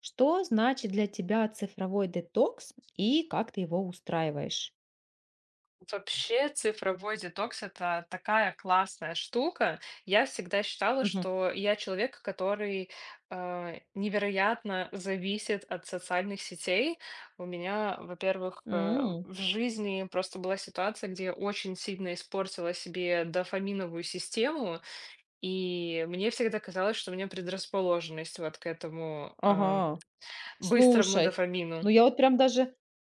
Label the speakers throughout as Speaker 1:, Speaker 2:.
Speaker 1: Что значит для тебя цифровой детокс и как ты его устраиваешь?
Speaker 2: Вообще цифровой детокс — это такая классная штука. Я всегда считала,
Speaker 1: Мгм.
Speaker 2: что я человек, который, невероятно зависит от социальных сетей. У меня, во-первых,
Speaker 1: М.
Speaker 2: в жизни просто была ситуация, где я очень сильно испортила себе дофаминовую систему, и мне всегда казалось, что у меня предрасположенность вот к этому,
Speaker 1: Ага.
Speaker 2: быстрому
Speaker 1: Слушай,
Speaker 2: дофамину.
Speaker 1: ну я вот прям даже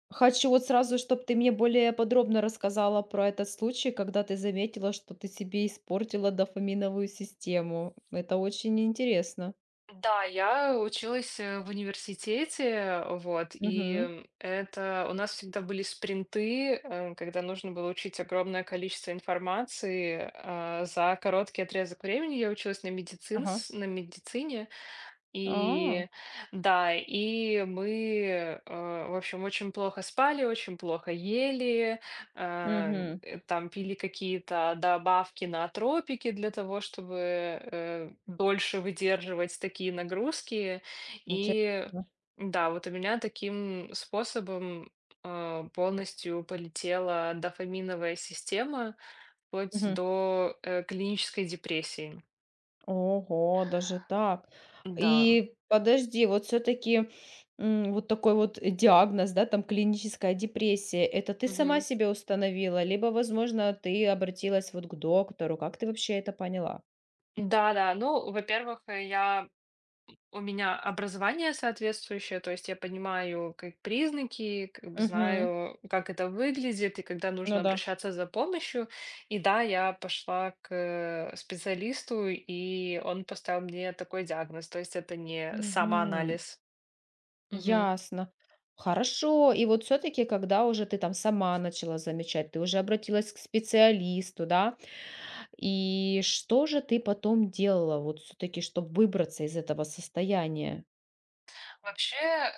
Speaker 1: хочу вот сразу, чтобы ты мне более подробно рассказала про этот случай, когда ты заметила, что ты себе испортила дофаминовую систему. Это очень интересно.
Speaker 2: Да, я училась в университете, вот,
Speaker 1: Мгм.
Speaker 2: и это у нас всегда были спринты, когда нужно было учить огромное количество информации за короткий отрезок времени. Я училась
Speaker 1: Ага.
Speaker 2: на медицине,
Speaker 1: А.
Speaker 2: и да, и мы, в общем, очень плохо спали, очень плохо ели, а,
Speaker 1: Мгм.
Speaker 2: там пили какие-то добавки на тропики для того, чтобы дольше выдерживать такие нагрузки. И
Speaker 1: Интересно.
Speaker 2: да, вот у меня таким способом полностью полетела дофаминовая система вплоть до клинической депрессии.
Speaker 1: Ого, даже так.
Speaker 2: Да.
Speaker 1: И подожди, вот все-таки вот такой вот диагноз, да, там клиническая депрессия, это ты сама себе установила, либо, возможно, ты обратилась вот к доктору. Как ты вообще это поняла?
Speaker 2: Да-да, ну, во-первых, э, я у меня образование соответствующее, то есть я понимаю как признаки, как бы
Speaker 1: Угу.
Speaker 2: знаю, как это выглядит и когда нужно
Speaker 1: Ну да.
Speaker 2: обращаться за помощью. И да, я пошла к специалисту, и он поставил мне такой диагноз, то есть это не
Speaker 1: Угу.
Speaker 2: самоанализ. Мгм.
Speaker 1: Ясно. Хорошо. И вот все-таки, когда уже ты там сама начала замечать, ты уже обратилась к специалисту, да? И что же ты потом делала, вот все-таки, чтобы выбраться из этого состояния?
Speaker 2: Вообще, э,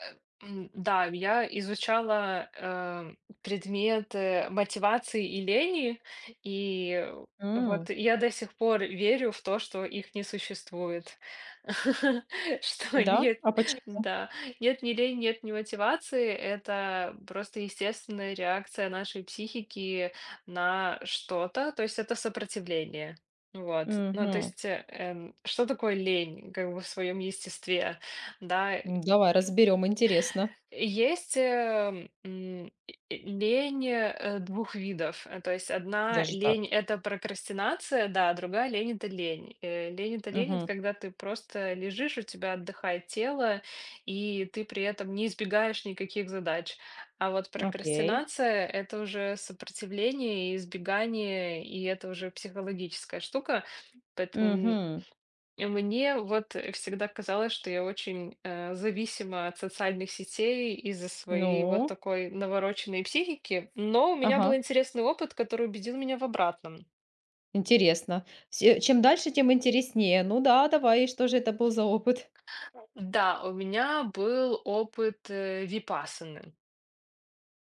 Speaker 2: м, да, я изучала, предметы мотивации и лени, и вот
Speaker 1: М,
Speaker 2: я до сих пор верю в то, что их не существует. Что
Speaker 1: да?
Speaker 2: нет,
Speaker 1: А почему?
Speaker 2: да, нет ни лени, нет ни мотивации. Это просто естественная реакция нашей психики на что-то, то есть это сопротивление. Вот. Ну, то
Speaker 1: Мгм.
Speaker 2: есть, что такое лень, как бы в своем естестве? Да,
Speaker 1: М, давай разберем, интересно.
Speaker 2: есть и лень двух видов. То есть одна
Speaker 1: Даже так.
Speaker 2: лень — это прокрастинация, да, а другая лень — это лень. Лень— это лень, это
Speaker 1: Мгм.
Speaker 2: когда ты просто лежишь, у тебя отдыхает тело, и ты при этом не избегаешь никаких задач. А вот
Speaker 1: Окей.
Speaker 2: прокрастинация — это уже сопротивление и избегание, и это уже психологическая штука. Поэтому
Speaker 1: Мгм.
Speaker 2: мне вот всегда казалось, что я очень зависима от социальных сетей из-за своей вот
Speaker 1: Ну,
Speaker 2: такой навороченной психики, но у меня был
Speaker 1: ага,
Speaker 2: интересный опыт, который убедил меня в обратном.
Speaker 1: интересно. Все, чем дальше, тем интереснее. Ну да, давай, и что же это был за опыт?
Speaker 2: Да, у меня был опыт випассаны.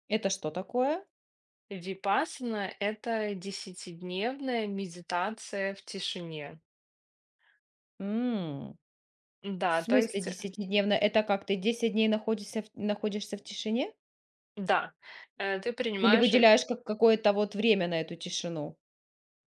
Speaker 1: Это что такое?
Speaker 2: Випассана — это десятидневная медитация в тишине.
Speaker 1: М, в
Speaker 2: Да, то
Speaker 1: смысле
Speaker 2: есть,
Speaker 1: десятидневно? Это как, ты 10 дней находишься в тишине?
Speaker 2: да, э, ты
Speaker 1: Или
Speaker 2: принимаешь
Speaker 1: выделяешь как какое-то вот время на эту тишину?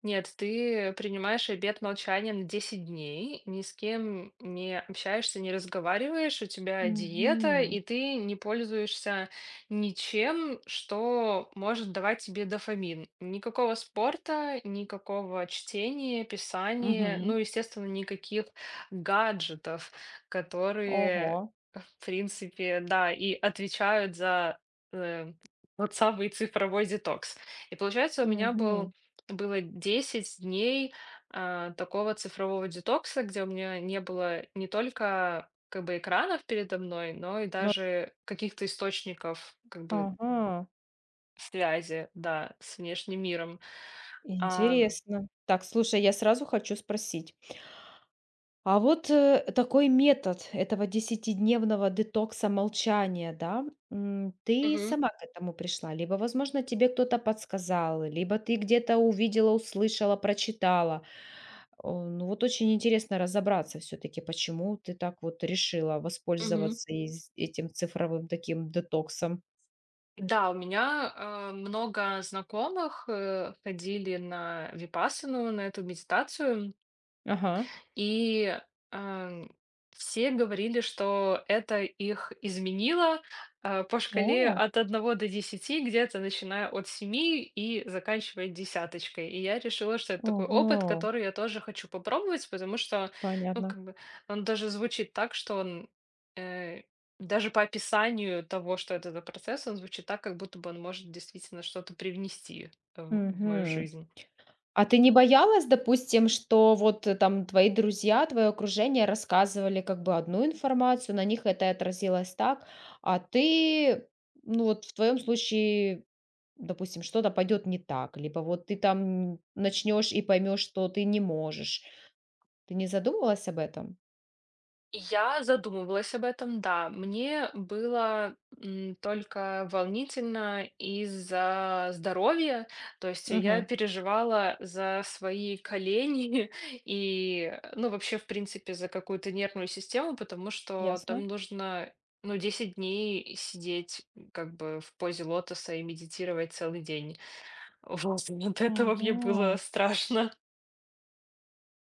Speaker 2: нет, ты принимаешь обет молчания на 10 дней, ни с кем не общаешься, не разговариваешь, у тебя диета, и
Speaker 1: Мгм.
Speaker 2: ты не пользуешься ничем, что может давать тебе дофамин. Никакого спорта, никакого чтения, писания, ну,
Speaker 1: Мгм.
Speaker 2: естественно, никаких гаджетов,
Speaker 1: Ого.
Speaker 2: которые, в принципе, да, и отвечают за э, вот самый цифровой детокс. И получается, у меня был
Speaker 1: Мгм.
Speaker 2: было 10 дней такого цифрового детокса, где у меня не было не только как бы экранов передо мной, но и
Speaker 1: Ну,
Speaker 2: даже каких-то источников как бы
Speaker 1: ага.
Speaker 2: связи, да, с внешним миром. А,
Speaker 1: Интересно. Так, слушай, я сразу хочу спросить. А вот такой метод этого десятидневного детокса молчания, да, ты
Speaker 2: мгм,
Speaker 1: сама к этому пришла? Либо, возможно, тебе кто-то подсказал, либо ты где-то увидела, услышала, прочитала. О, ну вот очень интересно разобраться все-таки, почему ты так вот решила
Speaker 2: мгм.
Speaker 1: воспользоваться этим цифровым таким детоксом.
Speaker 2: Да, у меня много знакомых, ходили на випассану, на эту медитацию.
Speaker 1: Ага.
Speaker 2: И, ам, все говорили, что это их изменило, по шкале
Speaker 1: О,
Speaker 2: от 1 до 10, где-то начиная от семи и заканчивая десяточкой. И я решила, что это такой опыт,
Speaker 1: ага,
Speaker 2: который я тоже хочу попробовать, потому что, ну,
Speaker 1: понятно.
Speaker 2: как бы он даже звучит так, что он, э, даже по описанию того, что это за процесс, он звучит так, как будто бы он может действительно что-то привнести, в мою
Speaker 1: Мгм.
Speaker 2: жизнь.
Speaker 1: А ты не боялась, допустим, что вот там твои друзья, твое окружение рассказывали как бы одну информацию, на них это отразилось так, а ты, ну вот в твоем случае, допустим, что-то пойдет не так, либо вот ты там начнешь и поймешь, что ты не можешь. Ты не задумывалась об этом?
Speaker 2: Я задумывалась об этом, да. Мне было, только волнительно из-за здоровья. То есть я
Speaker 1: Угу.
Speaker 2: переживала за свои колени и, ну, вообще, в принципе, за какую-то нервную систему, потому что
Speaker 1: Ясно.
Speaker 2: там нужно, ну, 10 дней сидеть, как бы в позе лотоса и медитировать целый день. Вот, от этого мне было
Speaker 1: Ага.
Speaker 2: страшно.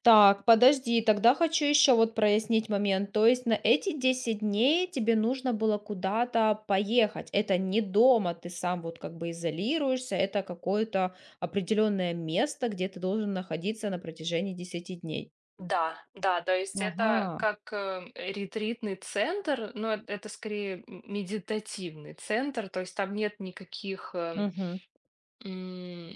Speaker 1: Так, подожди, тогда хочу еще вот прояснить момент. То есть на эти 10 дней тебе нужно было куда-то поехать. Это не дома, ты сам вот как бы изолируешься, это какое-то определенное место, где ты должен находиться на протяжении десяти дней.
Speaker 2: Да, да, то есть это
Speaker 1: Ага,
Speaker 2: как ретритный центр, но это скорее медитативный центр, то есть там нет никаких
Speaker 1: мгм,
Speaker 2: м,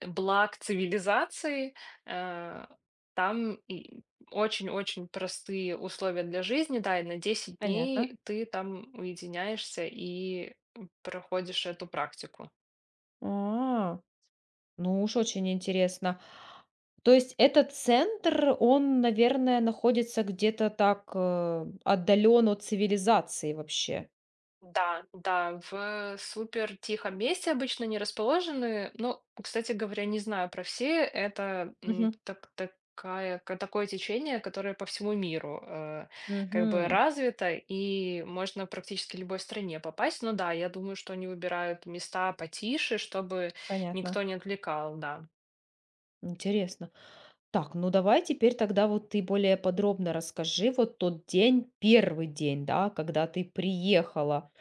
Speaker 2: благ цивилизации, э, там и очень-очень простые условия для жизни, да, и на десять
Speaker 1: понятно.
Speaker 2: дней ты там уединяешься и проходишь эту практику.
Speaker 1: А, ну уж очень интересно. То есть этот центр, он, наверное, находится где-то так отдален от цивилизации вообще.
Speaker 2: Да, да, в супер тихом месте обычно не расположены. Ну, кстати говоря, не знаю про все. Это
Speaker 1: Мгм.
Speaker 2: такое течение, которое по всему миру как бы
Speaker 1: Мгм.
Speaker 2: развито, и можно практически любой стране попасть. Ну да, я думаю, что они выбирают места потише, чтобы никто
Speaker 1: Понятно.
Speaker 2: не отвлекал, да.
Speaker 1: Интересно. Так, ну давай теперь тогда вот ты более подробно расскажи вот тот день, первый день, да, когда ты приехала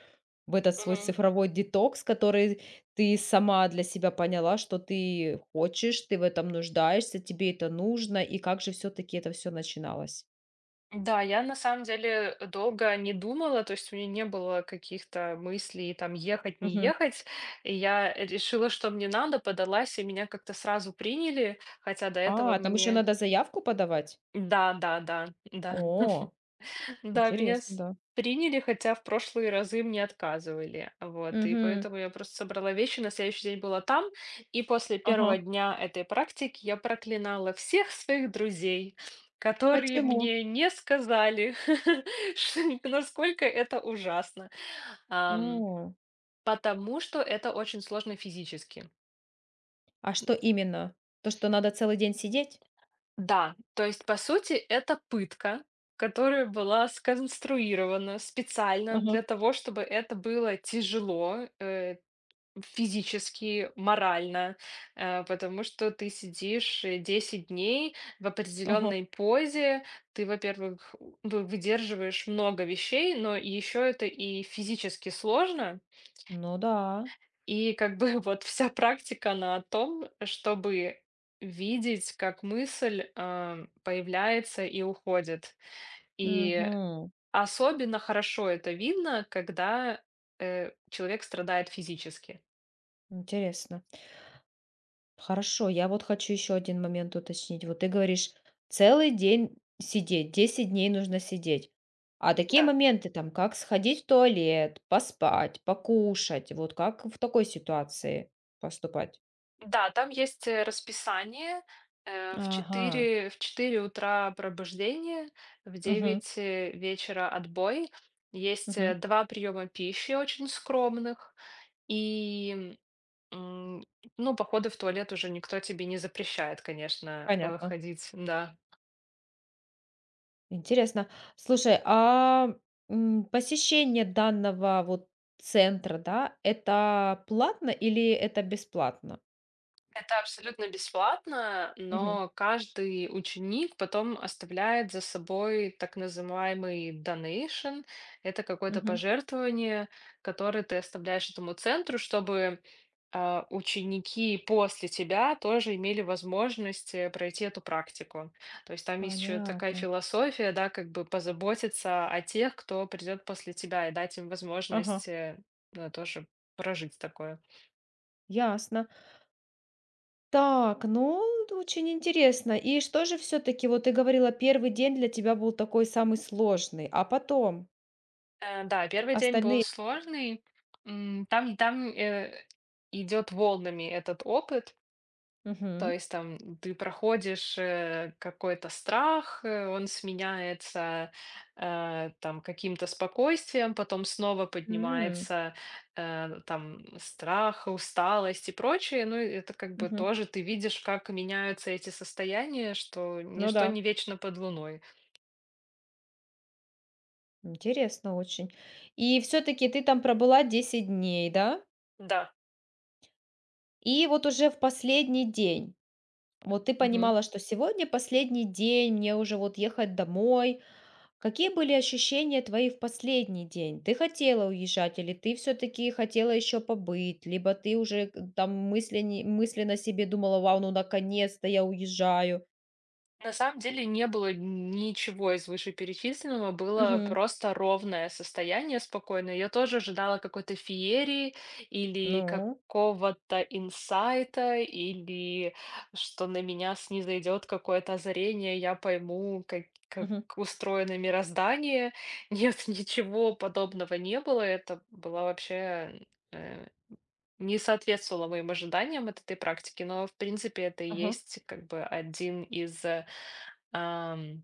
Speaker 1: в этот свой цифровой детокс, который ты сама для себя поняла, что ты хочешь, ты в этом нуждаешься, тебе это нужно, и как же все-таки это все начиналось?
Speaker 2: Да, я на самом деле долго не думала, то есть у меня не было каких-то мыслей там ехать, не
Speaker 1: Мгм.
Speaker 2: ехать. И я решила, что мне надо, подалась, и меня как-то сразу приняли, хотя до этого
Speaker 1: А, там еще
Speaker 2: мне...
Speaker 1: надо заявку подавать?
Speaker 2: Да, да, да, да.
Speaker 1: О,
Speaker 2: Да, меня
Speaker 1: интересно, да.
Speaker 2: приняли, хотя в прошлые разы мне отказывали. Вот, и
Speaker 1: Мгм.
Speaker 2: поэтому я просто собрала вещи, на следующий день была там, и после первого
Speaker 1: Ага.
Speaker 2: дня этой практики я проклинала всех своих друзей, которые
Speaker 1: Почему?
Speaker 2: мне не сказали, насколько это ужасно. Ам,
Speaker 1: М.
Speaker 2: Потому что это очень сложно физически.
Speaker 1: А что именно? То, что надо целый день сидеть?
Speaker 2: Да, то есть, по сути, это пытка, которая была сконструирована специально
Speaker 1: Ага,
Speaker 2: для того, чтобы это было тяжело, физически, морально, потому что ты сидишь 10 дней в
Speaker 1: ага.
Speaker 2: определенной позе, ты, во-первых, выдерживаешь много вещей, но еще это и физически сложно,
Speaker 1: Ну да.
Speaker 2: и как бы вот вся практика, она о том, чтобы видеть, как мысль, появляется и уходит. И
Speaker 1: Мгм.
Speaker 2: особенно хорошо это видно, когда, человек страдает физически.
Speaker 1: Интересно. Хорошо, я вот хочу еще один момент уточнить. Вот ты говоришь, целый день сидеть, 10 дней нужно сидеть. А такие
Speaker 2: Да.
Speaker 1: моменты там, как сходить в туалет, поспать, покушать, вот как в такой ситуации поступать?
Speaker 2: Да, там есть, расписание, э, в
Speaker 1: Ага,
Speaker 2: четыре в четыре утра пробуждение, в
Speaker 1: угу,
Speaker 2: девять вечера отбой. Есть,
Speaker 1: угу,
Speaker 2: 2 приёма пищи очень скромных. И М, ну, походы в туалет уже никто тебе не запрещает, конечно,
Speaker 1: понятно.
Speaker 2: ходить, да.
Speaker 1: Интересно. Слушай, посещение данного вот центра, да, это платно или это бесплатно?
Speaker 2: Это абсолютно бесплатно,
Speaker 1: Мгм.
Speaker 2: но каждый ученик потом оставляет за собой так называемый donation. Это какое-то
Speaker 1: Мгм.
Speaker 2: пожертвование, которое ты оставляешь этому центру, чтобы ученики после тебя тоже имели возможность пройти эту практику. То есть там есть еще такая
Speaker 1: Понятно.
Speaker 2: философия, да, как бы позаботиться о тех, кто придет после тебя, и дать им
Speaker 1: Ага,
Speaker 2: возможность ну, тоже прожить такое.
Speaker 1: ясно. Так, ну, очень интересно. И что же все-таки, вот ты говорила, первый день для тебя был такой самый сложный, а потом
Speaker 2: Да, первый день был
Speaker 1: остальные...
Speaker 2: сложный. Там идет волнами этот опыт. То
Speaker 1: Мгм.
Speaker 2: есть там ты проходишь какой-то страх, он сменяется, там каким-то спокойствием, потом снова
Speaker 1: М,
Speaker 2: поднимается, там страх, усталость и прочее. Ну, и это как бы
Speaker 1: мгм.
Speaker 2: тоже ты видишь, как меняются эти состояния, что
Speaker 1: Ну
Speaker 2: ничто
Speaker 1: да,
Speaker 2: не вечно под луной.
Speaker 1: интересно очень. И все-таки ты там пробыла 10 дней, да?
Speaker 2: Да.
Speaker 1: И вот уже в последний день, вот ты понимала, что сегодня последний день, мне уже вот ехать домой. Какие были ощущения твои в последний день? Ты хотела уезжать или ты все-таки хотела еще побыть? Либо ты уже там мысленно себе думала, вау, ну наконец-то я уезжаю.
Speaker 2: На самом деле не было ничего из вышеперечисленного, было
Speaker 1: Мгм.
Speaker 2: просто ровное состояние спокойное. Я тоже ожидала какой-то феерии или
Speaker 1: Ну,
Speaker 2: какого-то инсайта, или что на меня снизойдет какое-то озарение, я пойму, как
Speaker 1: мгм.
Speaker 2: устроено мироздание. Нет, ничего подобного не было. Это было вообще э, не соответствовало моим ожиданиям от этой практики, но, в принципе, это и
Speaker 1: Ага,
Speaker 2: есть как бы Ам,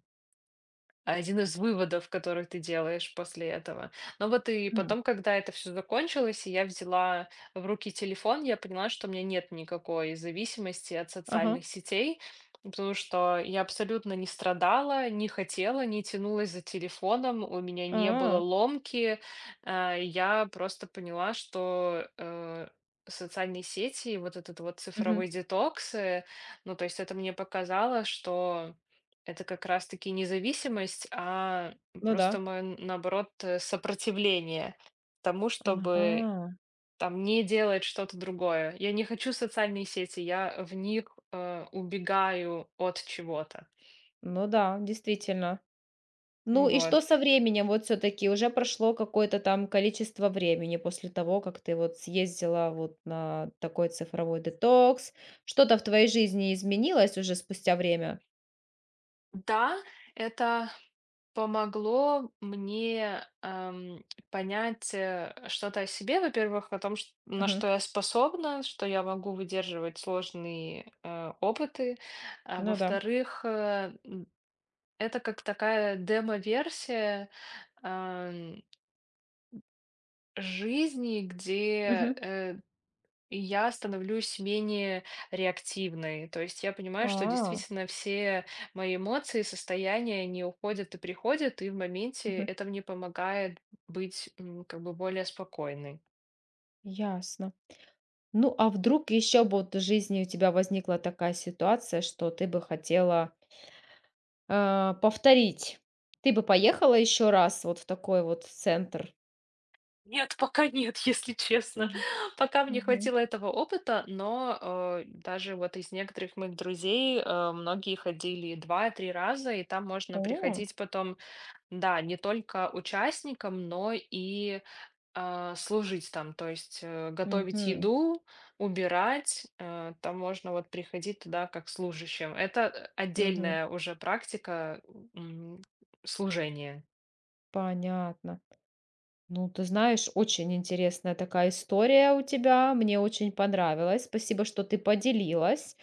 Speaker 2: один из выводов, который ты делаешь после этого. Но вот и
Speaker 1: м,
Speaker 2: потом, когда это все закончилось, и я взяла в руки телефон, я поняла, что у меня нет никакой зависимости от
Speaker 1: ага,
Speaker 2: социальных сетей, потому что я абсолютно не страдала, не хотела, не тянулась за телефоном, у меня не было
Speaker 1: а,
Speaker 2: ломки. Я просто поняла, что социальные сети, и вот этот вот цифровой
Speaker 1: мгм,
Speaker 2: детокс, ну, то есть это мне показало, что это как раз-таки независимость, а
Speaker 1: ну
Speaker 2: просто
Speaker 1: да.
Speaker 2: мое, наоборот, сопротивление тому, чтобы
Speaker 1: Ага,
Speaker 2: там не делать что-то другое. Я не хочу социальные сети, я в них убегаю от чего-то.
Speaker 1: ну да, действительно. Ну и что
Speaker 2: Вот.
Speaker 1: со временем? Вот все таки уже прошло какое-то там количество времени после того, как ты вот съездила вот на такой цифровой детокс. Что-то в твоей жизни изменилось уже спустя время?
Speaker 2: Да, это помогло мне понять что-то о себе, во-первых, о том, на
Speaker 1: Мгм.
Speaker 2: что я способна, что я могу выдерживать сложные опыты, а
Speaker 1: Ну да.
Speaker 2: во-вторых, это как такая демо-версия, ам, жизни, где
Speaker 1: Мгм.
Speaker 2: я становлюсь менее реактивной. То есть я понимаю, что
Speaker 1: А.
Speaker 2: действительно все мои эмоции, состояния, не уходят и приходят, и в моменте
Speaker 1: Мгм.
Speaker 2: это мне помогает быть, как бы более спокойной.
Speaker 1: Ясно. Ну, а вдруг еще бы вот в жизни у тебя возникла такая ситуация, что ты бы хотела, повторить? Ты бы поехала еще раз вот в такой вот центр?
Speaker 2: Нет, пока нет, если честно.
Speaker 1: Мгм.
Speaker 2: Пока мне
Speaker 1: Мгм.
Speaker 2: хватило этого опыта, но даже вот из некоторых моих друзей многие ходили 2-3 раза, и там можно
Speaker 1: О.
Speaker 2: приходить потом, да, не только участником, но и служить там, то есть готовить
Speaker 1: Мгм.
Speaker 2: еду, убирать, там можно вот приходить туда как служащим. Это
Speaker 1: Мгм.
Speaker 2: отдельная уже практика м, служения.
Speaker 1: Понятно. Ну, ты знаешь, очень интересная такая история у тебя. Мне очень понравилось. Спасибо, что ты поделилась.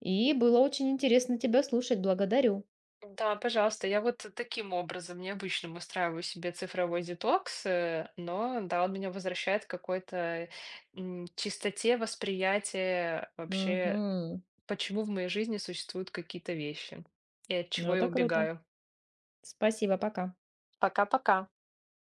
Speaker 1: И было очень интересно тебя слушать. Благодарю.
Speaker 2: Да, пожалуйста. Я вот таким образом необычным устраиваю себе цифровой детокс, но да, он меня возвращает к какой-то чистоте восприятия вообще,
Speaker 1: Угу.
Speaker 2: почему в моей жизни существуют какие-то вещи и от
Speaker 1: Ну,
Speaker 2: чего я
Speaker 1: это круто.
Speaker 2: убегаю.
Speaker 1: Спасибо, пока.
Speaker 2: Пока-пока.